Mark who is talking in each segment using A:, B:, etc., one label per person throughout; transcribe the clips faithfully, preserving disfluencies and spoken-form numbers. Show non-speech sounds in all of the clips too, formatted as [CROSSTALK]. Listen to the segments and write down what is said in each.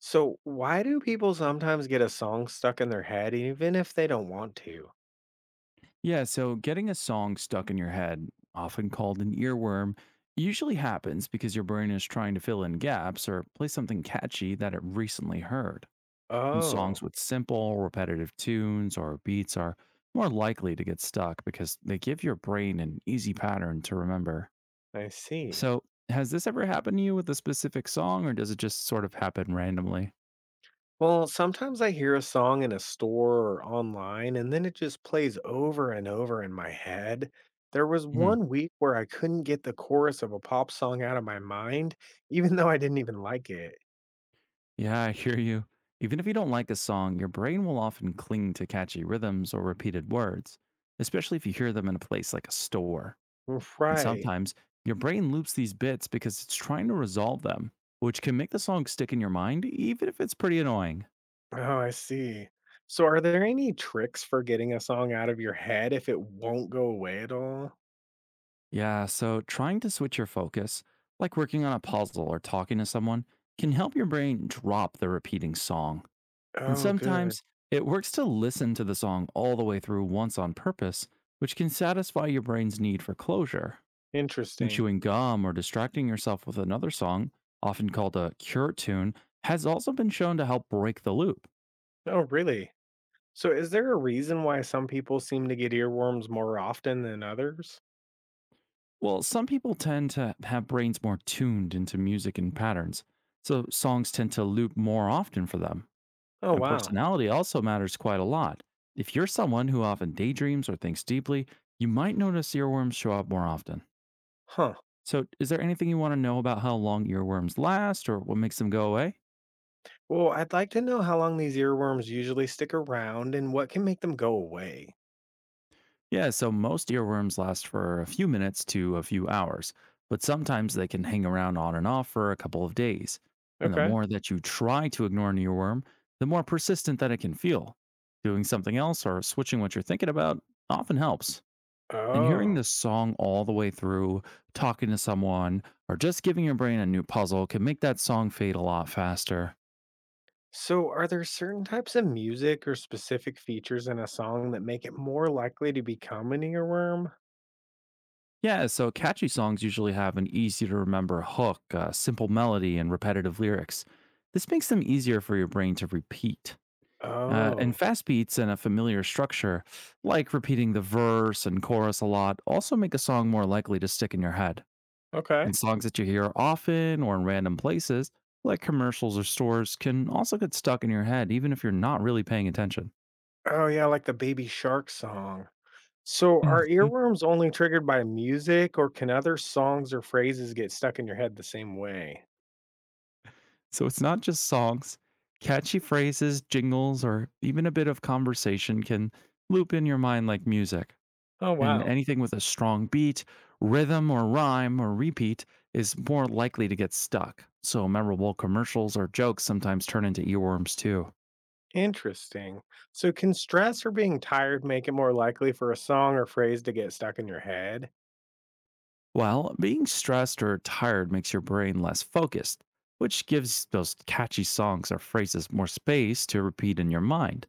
A: So, why do people sometimes get a song stuck in their head even if they don't want to?
B: Yeah, so getting a song stuck in your head, often called an earworm, usually happens because your brain is trying to fill in gaps or play something catchy that it recently heard. And
A: Oh,
B: songs with simple, repetitive tunes or beats are more likely to get stuck because they give your brain an easy pattern to remember.
A: I see.
B: So, has this ever happened to you with a specific song or does it just sort of happen randomly?
A: Well, sometimes I hear a song in a store or online and then it just plays over and over in my head. There was
B: Hmm.
A: one week where I couldn't get the chorus of a pop song out of my mind, even though I didn't even like it.
B: Yeah, I hear you. Even if you don't like a song, your brain will often cling to catchy rhythms or repeated words, especially if you hear them in a place like a store. And
A: Right.
B: sometimes your brain loops these bits because it's trying to resolve them, which can make the song stick in your mind, even if it's pretty annoying.
A: Oh, I see. So, are there any tricks for getting a song out of your head if it won't go away at all?
B: Yeah, so trying to switch your focus, like working on a puzzle or talking to someone, can help your brain drop the repeating song. And
A: Oh, good.
B: sometimes it works to listen to the song all the way through once on purpose, which can satisfy your brain's need for closure. And
A: Interesting.
B: chewing gum or distracting yourself with another song, often called a cure tune, has also been shown to help break the loop.
A: Oh, really? So is there a reason why some people seem to get earworms more often than others?
B: Well, some people tend to have brains more tuned into music and patterns, so songs tend to loop more often for them.
A: Oh,
B: And
A: wow.
B: personality also matters quite a lot. If you're someone who often daydreams or thinks deeply, you might notice earworms show up more often.
A: Huh.
B: So, is there anything you want to know about how long earworms last or what makes them go away?
A: Well, I'd like to know how long these earworms usually stick around and what can make them go away.
B: Yeah, so most earworms last for a few minutes to a few hours, but sometimes they can hang around on and off for a couple of days. And the
A: Okay.
B: more that you try to ignore an earworm, the more persistent that it can feel. Doing something else or switching what you're thinking about often helps. And hearing
A: Oh.
B: this song all the way through, talking to someone, or just giving your brain a new puzzle can make that song fade a lot faster.
A: So are there certain types of music or specific features in a song that make it more likely to become an earworm?
B: Yeah, so catchy songs usually have an easy to remember hook, a simple melody, and repetitive lyrics. This makes them easier for your brain to repeat. Uh, and
A: Oh.
B: fast beats and a familiar structure, like repeating the verse and chorus a lot, also make a song more likely to stick in your head.
A: Okay.
B: And songs that you hear often or in random places, like commercials or stores, can also get stuck in your head even if you're not really paying attention.
A: Oh, yeah, like the Baby Shark song. So, are earworms only triggered by music, or can other songs or phrases get stuck in your head the same way?
B: So it's not just songs. Catchy phrases, jingles, or even a bit of conversation can loop in your mind like music.
A: Oh,
B: And
A: wow.
B: anything with a strong beat, rhythm, or rhyme or repeat is more likely to get stuck. So memorable commercials or jokes sometimes turn into earworms too.
A: Interesting. So, can stress or being tired make it more likely for a song or phrase to get stuck in your head?
B: While being stressed or tired makes your brain less focused, which gives those catchy songs or phrases more space to repeat in your mind.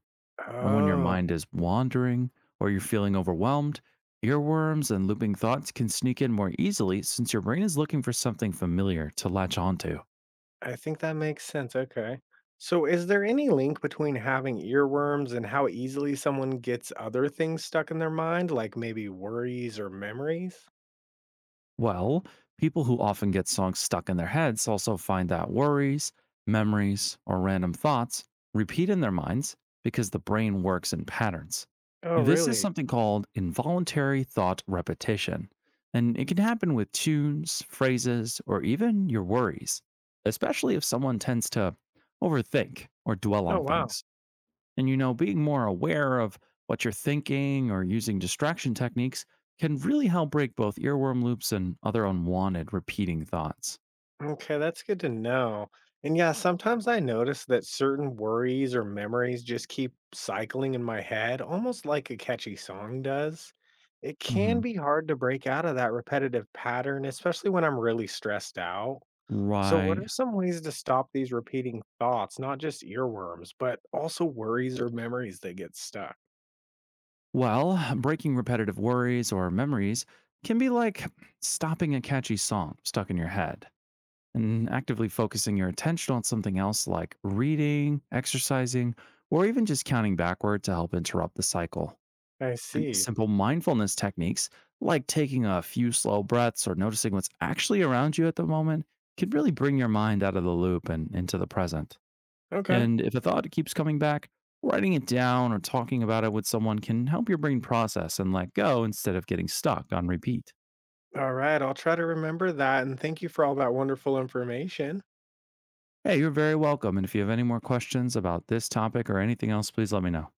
B: And when your
A: Oh,
B: mind is wandering or you're feeling overwhelmed, earworms and looping thoughts can sneak in more easily since your brain is looking for something familiar to latch onto.
A: I think that makes sense. Okay. So, is there any link between having earworms and how easily someone gets other things stuck in their mind, like maybe worries or memories?
B: Well, people who often get songs stuck in their heads also find that worries, memories, or random thoughts repeat in their minds because the brain works in patterns.
A: Oh,
B: This is
A: really?
B: something called involuntary thought repetition, and it can happen with tunes, phrases, or even your worries, especially if someone tends to overthink or dwell
A: Oh,
B: on
A: wow.
B: things. And, you know, being more aware of what you're thinking or using distraction techniques can really help break both earworm loops and other unwanted repeating thoughts.
A: Okay, that's good to know. And yeah, sometimes I notice that certain worries or memories just keep cycling in my head, almost like a catchy song does. It can
B: Hmm.
A: be hard to break out of that repetitive pattern, especially when I'm really stressed out. So, what
B: Right.
A: are some ways to stop these repeating thoughts, not just earworms, but also worries or memories that get stuck?
B: Well, [SIGHS] breaking repetitive worries or memories can be like stopping a catchy song stuck in your head and actively focusing your attention on something else like reading, exercising, or even just counting backward to help interrupt the cycle.
A: I
B: And
A: see.
B: simple mindfulness techniques, like taking a few slow breaths or noticing what's actually around you at the moment, can really bring your mind out of the loop and into the present.
A: Okay.
B: And if a thought keeps coming back, writing it down or talking about it with someone can help your brain process and let go instead of getting stuck on repeat.
A: All right. I'll try to remember that. And thank you for all that wonderful information.
B: Hey, you're very welcome. And if you have any more questions about this topic or anything else, please let me know.